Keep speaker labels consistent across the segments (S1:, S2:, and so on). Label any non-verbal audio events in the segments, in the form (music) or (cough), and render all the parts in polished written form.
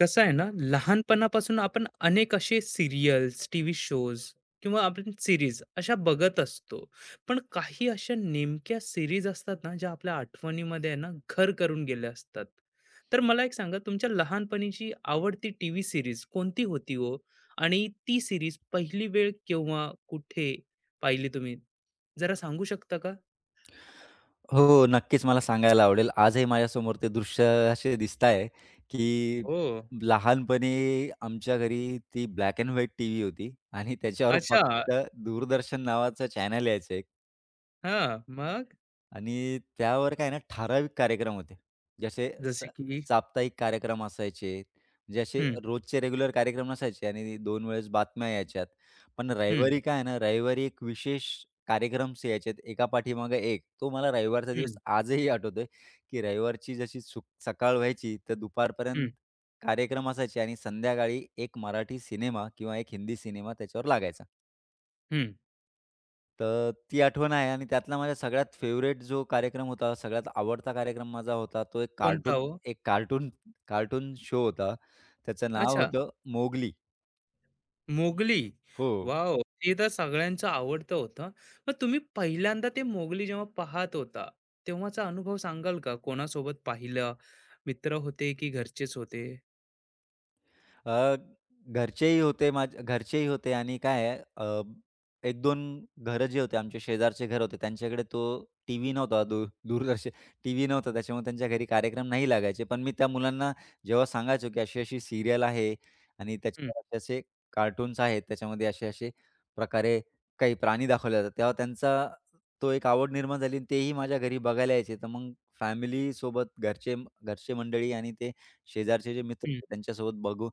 S1: कसं आहे ना, लहानपणापासून आपण अनेक असे सीरियल्स, टीव्ही शोज किंवा आपण सीरीज अशा बघत असतो. पण काही अशा नेमक्या सीरीज असतात ना, ज्या आपल्या आठवणीमध्ये आहे ना, घर करून गेल्या असतात. तर मला एक सांगा, तुमच्या लहानपणीची आवडती टीव्ही सीरीज कोणती होती हो? आणि ती सीरीज पहिली वेळ केव्हा, कुठे पाहिली तुम्ही? जरा सांगू शकता का?
S2: हो, नक्कीच मला सांगायला आवडेल. आजही माझ्यासमोर ते दृश्य असे दिसताय, की
S1: हो.
S2: लहानपणी आमच्या घरी ती ब्लॅक एंड व्हाईट टीव्ही होती आणि त्याच्यावर
S1: अच्छा.
S2: फक्त दूरदर्शन नावाचं चॅनल यायचं
S1: हां, मग
S2: आणि त्यावर काय ना ठराविक कार्यक्रम होते. जसे
S1: जसे की?
S2: साप्ताहिक कार्यक्रम असायचे, म्हणजे असे
S1: हं,
S2: रोजचे रेग्युलर कार्यक्रम नसायचे आणि 2 वेळेस बातम्या यायच्यात. पण
S1: हं,
S2: रविवारी काय आहे ना, रविवारी एक विशेष कार्यक्रम्स यायचे एका पाठीमागे एक. तो मला रविवारचा दिवस
S1: हं,
S2: आजही आठवतोय, की रविवारची जशी सुक सकाळ व्हायची तर दुपारपर्यंत
S1: हं,
S2: कार्यक्रम असायचे आणि संध्याकाळी एक मराठी सिनेमा किंवा एक हिंदी सिनेमा त्याच्यावर लागायचा.
S1: हं.
S2: तर ती आठवण आहे आणि त्यातला माझा सगळ्यात फेव्हरेट जो कार्यक्रम होता, सगळ्यात आवडता कार्यक्रम माझा होता, तो एक
S1: कोणता
S2: कार्टून
S1: हो?
S2: एक कार्टून कार्टून शो होता. त्याचं नाव
S1: अच्छा,
S2: होतं मोगली.
S1: मोगली.
S2: हो.
S1: वॉव! ते तर सगळ्यांचं आवडतं होतं. मग तुम्ही पहिल्यांदा ते मोगली जेव्हा पाहत होता, तेव्हाचा अनुभव सांगाल का? कोणासोबत पाहिलं? मित्र होते की घरचेच होते?
S2: अ, घरचेही होते, आणि काय आहे 1-2 घरं जे होते, आमचे शेजारचे घर होते, त्यांच्याकडे तो टीव्ही नव्हता, दूरदर्शन टीव्ही नव्हता, त्याच्यामुळे त्यांच्या घरी कार्यक्रम नाही लागायचे. पण मी त्या मुलांना जेव्हा सांगायचो, की अशी-अशी सीरियल आहे आणि
S1: हं,
S2: त्याच्यावर असे-असे कार्टून्स आहेत, त्याच्यामध्ये असे-असे प्रकारे काही प्राणी दाखवले जातात, तेव्हा त्यांचा तो एक आवड निर्माण झाली आणि तेही माझ्या घरी बघायला यायचे. तर मग फॅमिलीसोबत घरचे घरचे मंडळी आणि ते शेजारचे जे मित्र
S1: हं.
S2: होते,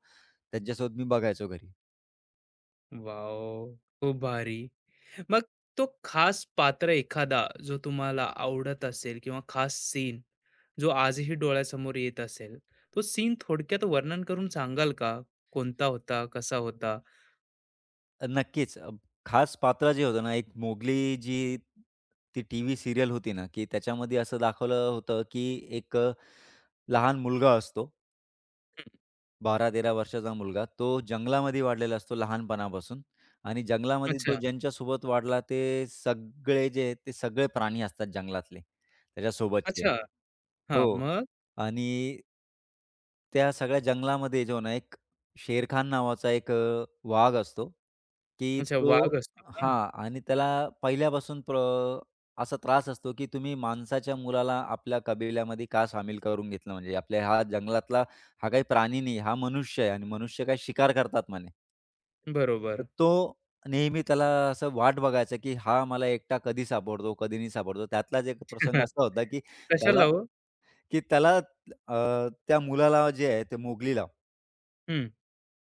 S2: त्यांच्यासोबत मी बघायचो घरी.
S1: वॉव! खूप भारी. मग तो खास पात्र एखादा जो तुम्हाला आवडत असेल किंवा खास सीन जो आजही डोळ्यासमोर येत असेल, तो सीन थोडक्यात वर्णन करून सांगाल का? कोणता होता? कसा होता?
S2: नक्कीच. खास पात्र जे होतं ना, एक मोगली जी ती टीव्ही सीरियल होती ना, की त्याच्यामध्ये असं दाखवलं होतं, की एक लहान मुलगा असतो,
S1: हं,
S2: 12-13 वर्षाचा मुलगा, तो जंगलामध्ये वाढलेला असतो लहानपणापासून आणि जंगलामध्ये तो
S1: अच्छा,
S2: ज्यांच्यासोबत वाढला ते सगळे जे आहेत, ते सगळे प्राणी असतात जंगलातले त्याच्यासोबतचे.
S1: अच्छा. हां,
S2: हो
S1: मग?
S2: आणि त्या सगळ्या जंगलामध्ये जो ना एक शेरखान नावाचा एक वाघ असतो, की
S1: अच्छा,
S2: तो
S1: वाघ असतो का?
S2: हां. आणि त्याला पहिल्यापासून असा त्रास असतो, की तुम्ही माणसाच्या मुलाला आपल्या कबिल्यामध्ये का सामील करून घेतलं, म्हणजे आपल्या हा जंगलातला हा काही प्राणी नाही, हा मनुष्य आहे आणि मनुष्य काय शिकार करतात म्हणे. तर
S1: बरोबर.
S2: तो नेहमी त्याला असं वाट बघायचा, की हा मला एकटा कधी सापडतो, कधी नाही सापडतो. त्यातलाच एक प्रसंग
S1: (laughs)
S2: असा होता, की त्याला
S1: कशाला हो?
S2: की त्याला त्या मुलाला जे आहे, ते मोगलीला,
S1: हं,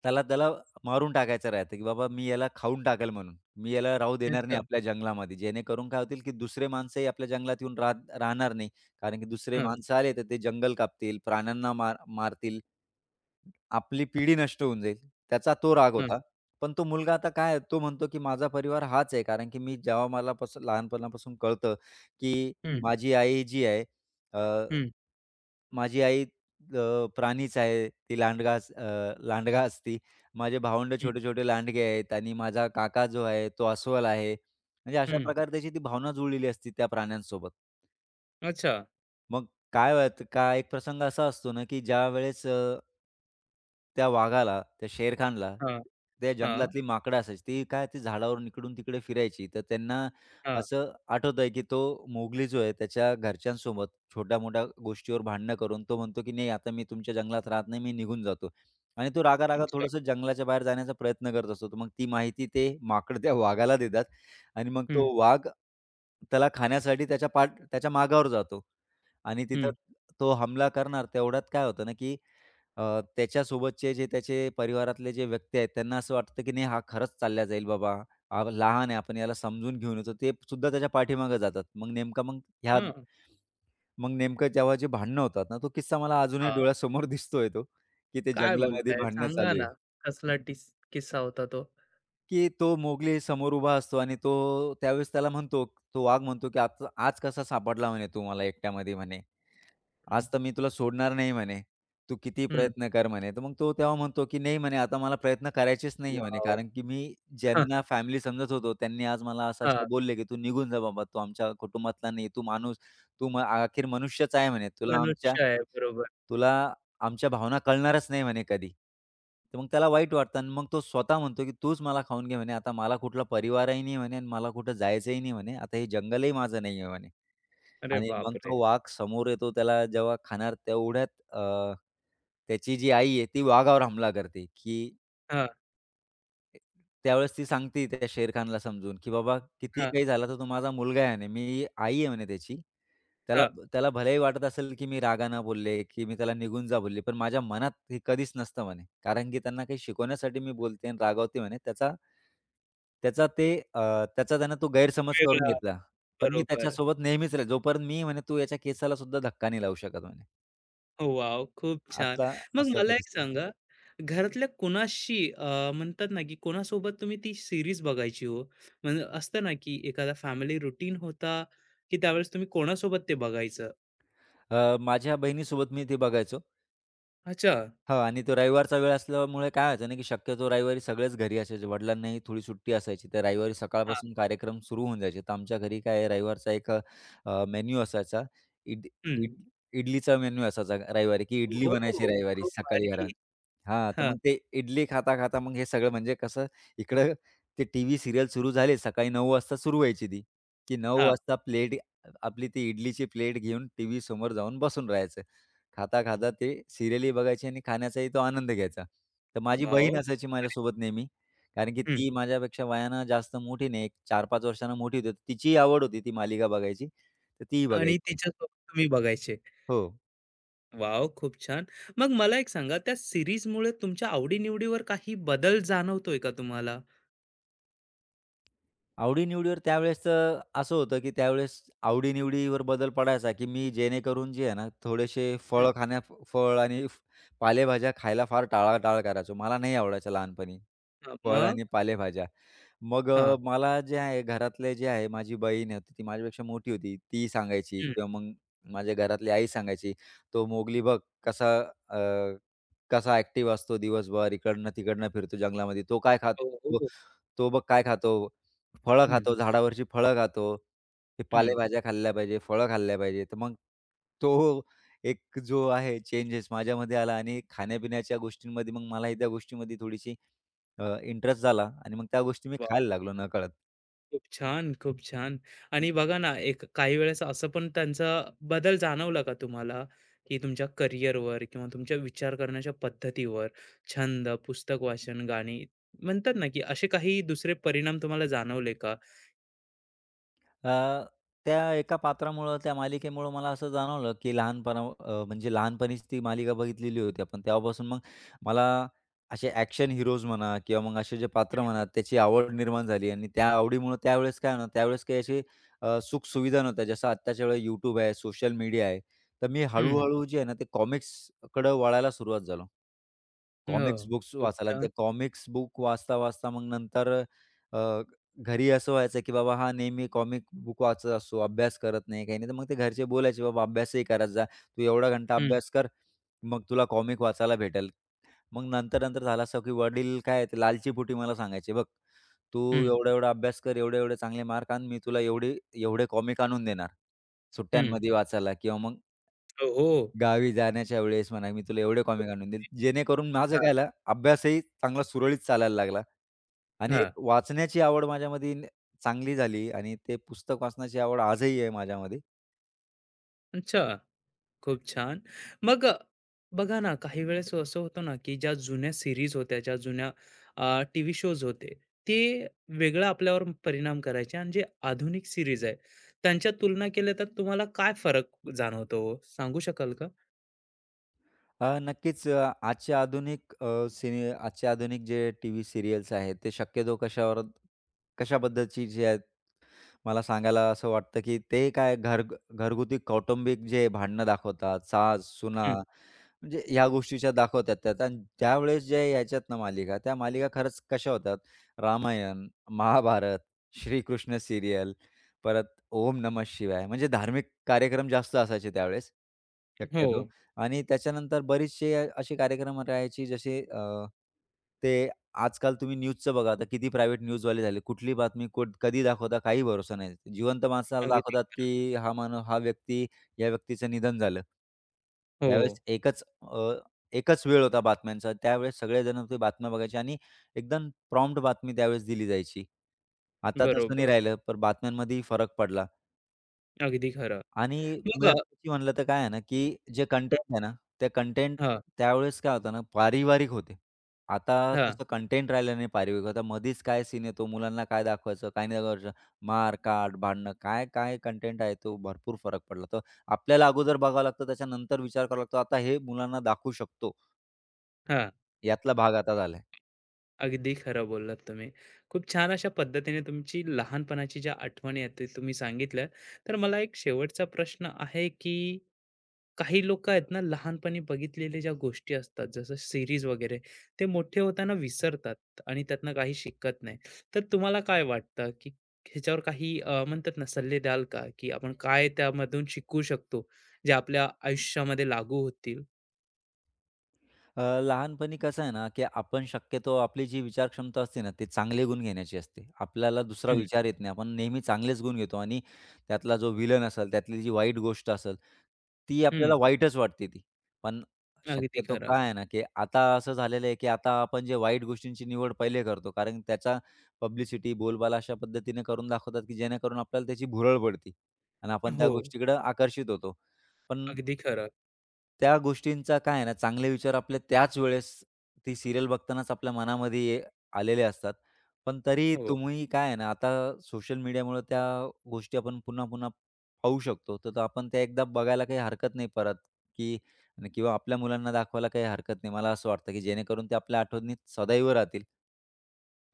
S2: त्याला त्याला मारून टाकायचं राहतं, की बाबा मी याला खाऊन टाकेल म्हणून. मी याला राहू देणार
S1: अच्छा.
S2: नाही आपल्या जंगलामध्ये. जेणेकरून काय होतील, की दुसरे माणसंही आपल्या जंगलात येऊन राहणार नाही. कारण की दुसरे
S1: हं,
S2: माणसं आले, तर ते जंगल कापतील, प्राण्यांना मार मारतील. आपली पिढी नष्ट होऊन जाईल, त्याचा तो राग
S1: हं,
S2: होता. पण तो मुलगा आता काय आहे, तो म्हणतो की माझा परिवार हाच आहे. कारण की मी जेव्हा मला पासून लहानपणापासून कळतं, की
S1: हं,
S2: माझी आई जी आहे अ,
S1: हं,
S2: प्राणीच आहे. ती लांडगा असती. माझे भावंड
S1: हं,
S2: छोटे-छोटे लांडगे आहेत आणि माझा काका जो आहे तो अस्वल आहे. म्हणजे अशा
S1: हं.
S2: प्रकारे त्याची ती भावना जुळलेली असती त्या प्राण्यांसोबत.
S1: अच्छा.
S2: मग काय व्हायचं का, एक प्रसंग असा असतो ना, की ज्यावेळेस त्या वाघाला, त्या शेरखानला,
S1: हां,
S2: त्या
S1: हां,
S2: जंगलातली माकडं असायची. ती काय ती झाडावरून इकडून तिकडे फिरायची. तर त्यांना
S1: हां.
S2: असं आठवतंय, की तो मोगली जो आहे त्याच्या घरच्यांसोबत छोट्या-मोठ्या गोष्टीवर भांडणं करून तो म्हणतो, की "नाही आता मी तुमच्या जंगलात राहत नाही, मी निघून जातो." आणि तो रागा-रागा
S1: अच्छा.
S2: थोडंसं जंगलाच्या बाहेर जाण्याचा प्रयत्न करत असतो. तर मग ती माहिती ते माकड त्या वाघाला देतात आणि मग
S1: हं,
S2: तो वाघ त्याला खाण्यासाठी त्याच्या मागावर जातो आणि तिथं
S1: हं.
S2: तो हमला करणार. तेवढ्यात काय होतं ना, की त्याच्यासोबतचे जे त्याचे परिवारातले जे व्यक्ती आहेत, त्यांना असं वाटतं की नाही हा खरंच चालला जाईल बाबा. हा लहान आहे, आपण याला समजून घेऊन येतो. ते सुद्धा त्याच्या पाठीमागे जातात. मग नेमका मग ह्या
S1: हां,
S2: मग नेमकं जेव्हा जे भांडणं होतात ना, तो किस्सा मला अजूनही
S1: हां.
S2: डोळ्यासमोर दिसतोय तो, की ते
S1: काय
S2: जंगलामध्ये
S1: बोलताय?
S2: भांडणं
S1: सांगा
S2: चालू
S1: ना,
S2: आहे,
S1: कसला टिस किस्सा होता तो?
S2: की तो मोगली समोर उभा असतो आणि तो त्यावेळेस त्याला म्हणतो, तो वाघ म्हणतो की "आज आज कसा सापडला?" म्हणे, "तू मला एकट्यामध्ये?" म्हणे.
S1: हं,
S2: आज तर मी तुला सोडणार नाही म्हणे. तू कितीही
S1: हं.
S2: प्रयत्न कर म्हणे. तर मग तो तेव्हा म्हणतो, की नाही म्हणे आता मला प्रयत्न करायचेच नाही म्हणे.
S1: वॉव!
S2: कारण की मी
S1: हां,
S2: ज्यांना फॅमिली समजत होतो त्यांनी आज मला असं-असं
S1: (laughs)
S2: बोलले, की "तू निघून जा बाबा. तू आमच्या कुटुंबातला नाही. तू माणूस, तू अखेर मनुष्यच आहे म्हणे.
S1: मनुष्य आहे. बरोबर.
S2: तुला आमच्या भावना कळणारच नाही म्हणे कधी." तर मग त्याला वाईट वाटतं आणि मग तो स्वतः म्हणतो, की "तूच मला खाऊन घे म्हणे. आता मला कुठला परिवारही नाही म्हणे आणि मला कुठं जायचंही नाही म्हणे. आता हे जंगलही माझं नाही आहे म्हणे."
S1: अरे
S2: आणि मग
S1: बापरे!
S2: तो वाघ समोर येतो, त्याला जेव्हा खाणार तेवढ्यात त्याची जी आई आहे ती वाघावर हमला करते, की
S1: हां,
S2: त्यावेळेस ती सांगते त्या शेर खानला समजून, की "बाबा कितीही
S1: हां,
S2: काही झालं तर तो माझा मुलगा आहे म्हणे, मी आई आहे म्हणे त्याची. त्याला
S1: हां.
S2: त्याला भलेही वाटत असेल, की मी रागानं बोलले, की मी त्याला निघून जा बोलले, पण माझ्या मनात हे कधीच नसतं म्हणे. कारण की त्यांना काही शिकवण्यासाठी मी बोलते आणि रागावते म्हणे. त्याचा त्याचा ते अ, त्याचा त्यानं तो गैरसमज करून
S1: वेगळा.
S2: घेतला. पण मी
S1: बरोबर.
S2: त्याच्यासोबत नेहमीच राहील. जोपर्यंत मी म्हणे तू याच्या केसाला सुद्धा धक्का नाही लावू शकत म्हणे."
S1: हो, वॉव! खूप छान.
S2: आतला
S1: मग
S2: असला तो
S1: मला एक
S2: किस्सा.
S1: सांगा, घरातल्या कोणाशी म्हणतात ना, की कोणासोबत तुम्ही ती सीरीज बघायची हो? म्हणजे असतं ना, की एखादा फॅमिली रुटीन होता, की त्यावेळेस तुम्ही कोणासोबत ते बघायचं?
S2: माझ्या बहिणीसोबत मी ते बघायचो.
S1: अच्छा.
S2: हो आणि तो रविवारचा वेळ असल्यामुळे काय व्हायचं ना, की शक्यतो रविवारी सगळेच घरी असायचे. वडिलांनाही थोडी सुट्टी असायची. तर रविवारी
S1: हां.
S2: सकाळपासून कार्यक्रम सुरू होऊन जायचे. तर आमच्या घरी काय आहे रविवारचा एक मेन्यू असायचा. इड
S1: हं.
S2: इड इडलीचा मेन्यू असायचा रविवारी, की इडली
S1: हो,
S2: बनायची
S1: हो.
S2: रविवारी
S1: खूप
S2: सकाळी
S1: भारी.
S2: घरात. हां, तर
S1: हां,
S2: मग ते इडली खाता-खाता मग हे सगळं म्हणजे कसं इकडं ते टीव्ही सीरियल सुरू झाले, सकाळी 9:00 वाजता सुरू व्हायची ती, की 9:00
S1: हां.
S2: वाजता आपली ती इडलीची प्लेट घेऊन टीव्हीसमोर जाऊन बसून राहायचं. खाता-खाता ते सीरियलही बघायची आणि खाण्याचाही तो आनंद घ्यायचा. तर माझी
S1: वॉव!
S2: बहीण असायची
S1: भारी.
S2: माझ्यासोबत नेहमी. कारण की
S1: हं.
S2: ती माझ्यापेक्षा वयानं जास्त मोठी नाही, एक 4-5 वर्षांनं मोठी होती. तिचीही आवड होती ती मालिका बघायची, तर तीही
S1: आणि
S2: बघायची.
S1: तिच्यासोबत तुम्ही बघायचे.
S2: हो.
S1: वॉव! खूप छान. मग मला एक सांगा, त्या सीरीजमुळे तुमच्या आवडी-निवडीवर काही बदल जाणवतोय का तुम्हाला?
S2: आवडी-निवडीवर त्यावेळेसचं असं होतं, की त्यावेळेस आवडी बदल पडायचा, की मी जेणेकरून जे आहे ना, थोडेसे
S1: हं.
S2: फळं खाण्या फळ आणि फ- पालेभाज्या खायला फार टाळाटाळ करायचो. मला नाही आवडायचं लहानपणी
S1: हां,
S2: फळ
S1: मग?
S2: आणि पालेभाज्या. मग
S1: हां.
S2: अ, मला जे आहे घरातले जे आहे माझी बहीण होती, ती माझ्यापेक्षा मोठी होती. ती सांगायची
S1: हं.
S2: किंवा मग माझ्या घरातली आई सांगायची, "तो मोगली बघ कसा अ, कसा ॲक्टिव्ह असतो दिवसभर, इकडनं-तिकडनं फिरतो जंगलामध्ये. तो काय
S1: हो,
S2: खातो?
S1: हो.
S2: तो बघ काय खातो? फळं
S1: हं,
S2: खातो, झाडावरची फळं खातो. ते
S1: हं.
S2: पालेभाज्या खाल्ल्या पाहिजे, फळं खाल्ल्या पाहिजे." तर मग तो एक जो आहे चेंजेस माझ्यामध्ये आला आणि खाण्यापिण्याच्या गोष्टींमध्ये मग मलाही त्या गोष्टीमध्ये थोडीशी इंटरेस्ट झाला आणि मग त्या गोष्टी मी
S1: वाह!
S2: खायला लागलो नकळत.
S1: खूप छान, खूप छान. आणि बघा ना, एक काही वेळेस असं पण त्यांचा बदल जाणवला का तुम्हाला, की तुमच्या करिअरवर किंवा तुमच्या विचार करण्याच्या पद्धतीवर, छंद, पुस्तक वाचन, गाणी म्हणतात ना, की असे काही दुसरे परिणाम तुम्हाला जाणवले का?
S2: अ, त्या एका पात्रामुळं, त्या मालिकेमुळं मला असं जाणवलं, की म्हणजे लहानपणीच ती मालिका बघितलेली होती आपण. तेव्हापासून मग मला असे ॲक्शन हीरोज म्हणा किंवा मग असे जे पात्र म्हणा, त्याची आवड निर्माण झाली आणि त्या आवडीमुळं त्यावेळेस काय ना, त्यावेळेस काही अशी सुखसुविधा नव्हत्या. जसं आत्ताच्या वेळेला YouTube आहे, सोशल मीडिया आहे. तर मी
S1: हं, हं.
S2: हळू जे आहे ना, ते कॉमिक्सकडं वळायला सुरुवात झालो.
S1: हो,
S2: कॉमिक्स बुक्स
S1: खूप
S2: वाचायला आणि
S1: छान.
S2: ते कॉमिक्स बुक वाचता-वाचता मग नंतर अ, घरी असं व्हायचं, की बाबा हा नेहमी कॉमिक बुक वाचत असतो, अभ्यास करत नाही, काही नाही. तर मग ते घरचे बोलायचे, "बाबा अभ्यासही करत जा. तू एवढा घंटा
S1: हं,
S2: अभ्यास कर, मग तुला कॉमिक वाचायला भेटेल." मग नंतर-नंतर झालं असं, की वडील काय आहे, ते लालचीपोटी मला सांगायचे, "बघ, तू
S1: हं,
S2: एवढा-एवढा अभ्यास कर, एवढे-एवढे चांगले मार्क आण, मी तुला एवढे एवढे कॉमिक आणून देणार,
S1: हं.
S2: सुट्ट्यांमध्ये वाचायला किंवा मग
S1: हो, हो.
S2: गावी जाण्याच्या वेळेस म्हणा, मी तुला एवढे कॉमिक आणून देईल, जेणेकरून माझं काय
S1: हां,
S2: झालं, अभ्यासही चांगला सुरळीत चालायला लागला आणि
S1: हां.
S2: एक वाचण्याची आवड माझ्यामध्ये चांगली झाली आणि ते पुस्तक वाचण्याची आवड आजही आहे माझ्यामध्ये.
S1: अच्छा. खूप छान. मग अ, बघा ना, काही वेळेस असं होतं ना, की ज्या जुन्या सीरीज होत्या, ज्या जुन्या टीव्ही शोज होते, ते वेगळा आपल्यावर परिणाम करायचे आणि जे आधुनिक सीरीज आहे, त्यांच्या तुलना केल्या तर तुम्हाला काय फरक जाणवतो हो? सांगू शकाल का?
S2: नक्कीच. आजच्या आधुनिक जे टी व्ही सिरियल्स आहेत, ते शक्यतो कशाबद्दलची जी आहेत, मला सांगायला असं वाटतं, की ते काय घरगुती कौटुंबिक जे भांडणं दाखवतात, सास-सुना
S1: हं,
S2: म्हणजे ह्या गोष्टीच्या दाखवतात त्यात. आणि त्यावेळेस ज्या यायच्यात ना मालिका, त्या मालिका खरंच कशा होतात, रामायण, महाभारत, श्रीकृष्ण सीरियल, परत ओम नमः शिवाय, म्हणजे धार्मिक कार्यक्रम जास्त असायचे त्यावेळेस,
S1: हो.
S2: शक्यतो. आणि त्याच्यानंतर बरेचसे असे कार्यक्रम राहायचे जसे अ, ते आजकाल तुम्ही न्यूजचं बघा, आता किती प्रायव्हेट न्यूजवाले झाले. कुठली बातमी कुठ कधी दाखवता काही भरोसा नाही. जिवंत माणसाला
S1: अगदी.
S2: दाखवतात, की हा मानव हा व्यक्ती या व्यक्तीचं निधन झालं. त्यावेळेस
S1: हो.
S2: एकच अ, एकच वेळ होता बातम्यांचा. त्यावेळेस सगळेजण ते बातम्या बघायचे आणि एकदम प्रॉम्प्ट बातमी त्यावेळेस दिली जायची. आता तसं नाही
S1: बरोबर.
S2: राहिलं, पण बातम्यांमध्येही फरक पडला.
S1: अगदी खरं.
S2: आणि
S1: मग अ
S2: महत्त्वाची म्हणलं तर काय आहे ना, की जे कंटेंट आहे ना, ते कंटेंट
S1: हां,
S2: त्यावेळेस काय होतं ना, पारिवारिक होते. आता
S1: हां,
S2: तसं कंटेंट राहिलं नाही पारिवारिक. आता मधीच काय सीन येतो, मुलांना काय दाखवायचं, काय नाही दाखवायचं, मार-काट, भांडणं, काय-काय कंटेंट आहे, तो भरपूर फरक पडला. तर आपल्याला अगोदर बघावं लागतं, त्याच्यानंतर विचार करावा लागतो. आता हे मुलांना दाखवू शकतो,
S1: हां.
S2: यातला भाग आता झाला.
S1: अगदी खरं बोललात तुम्ही. खूप छान अशा पद्धतीने तुमची लहानपणाची ज्या आठवणी आहेत ते तुम्ही सांगितल्या. तर मला एक शेवटचा प्रश्न आहे, की काही लोकं आहेत ना लहानपणी बघितलेल्या ज्या गोष्टी असतात, जसं सीरीज वगैरे, ते मोठे होताना विसरतात आणि त्यातनं काही शिकत नाही. तर तुम्हाला काय वाटतं, की ह्याच्यावर काही म्हणतात ना सल्ले द्याल का, की आपण काय त्यामधून शिकू शकतो, जे आपल्या आयुष्यामध्ये लागू होतील?
S2: लहानपणी कसं आहे ना, की आपण शक्यतो आपली जी विचारक्षमता असते ना, ती चांगले गुण घेण्याची असते. आपल्याला दुसरा
S1: हं.
S2: विचार येत नाही. आपण नेहमी चांगलेच गुण घेतो आणि त्यातला जो व्हिलन असेल, त्यातली जी वाईट गोष्ट असेल, ती आपल्याला
S1: हं,
S2: वाईटच वाटते ती. पण
S1: अगदी
S2: शक्यतो
S1: खरं.
S2: काय आहे ना, की आता असं झालेलं आहे, की आता आपण जे वाईट गोष्टींची निवड पहिले करतो. कारण त्याचा पब्लिसिटी, बोलबाला अशा पद्धतीने करून दाखवतात, की जेणेकरून आपल्याला त्याची भुरळ पडते आणि आपण त्या
S1: हो,
S2: गोष्टीकडे आकर्षित होतो. पण
S1: अगदी खरं.
S2: त्या गोष्टींचा काय आहे ना, चांगले विचार आपले त्याच वेळेस ती सीरियल बघतानाच आपल्या मनामध्ये आलेले असतात. पण तरी
S1: हो.
S2: तुम्ही काय आहे ना, आता सोशल मीडियामुळे त्या गोष्टी आपण पुन्हा-पुन्हा पाहू शकतो. तर तो आपण त्या एकदा बघायला काही हरकत नाही परत, की आणि किंवा आपल्या मुलांना दाखवायला काही हरकत नाही. मला असं वाटतं, की जेणेकरून ते आपल्या आठवणीत सदैव राहतील.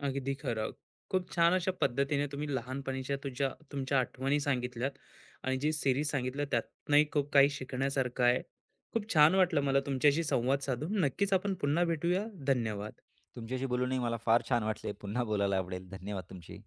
S1: अगदी खरं. खूप छान अशा पद्धतीने तुम्ही लहानपणीच्या तुमच्या आठवणी सांगितल्यात आणि जी सीरीज सांगितलं त्यातनंही खूप काही शिकण्यासारखं आहे. खूप छान वाटलं मला तुमच्याशी संवाद साधून. नक्कीच आपण पुन्हा भेटूया. धन्यवाद.
S2: तुमच्याशी बोलूनही मला फार छान वाटले. पुन्हा बोलायला आवडेल. धन्यवाद तुमचे.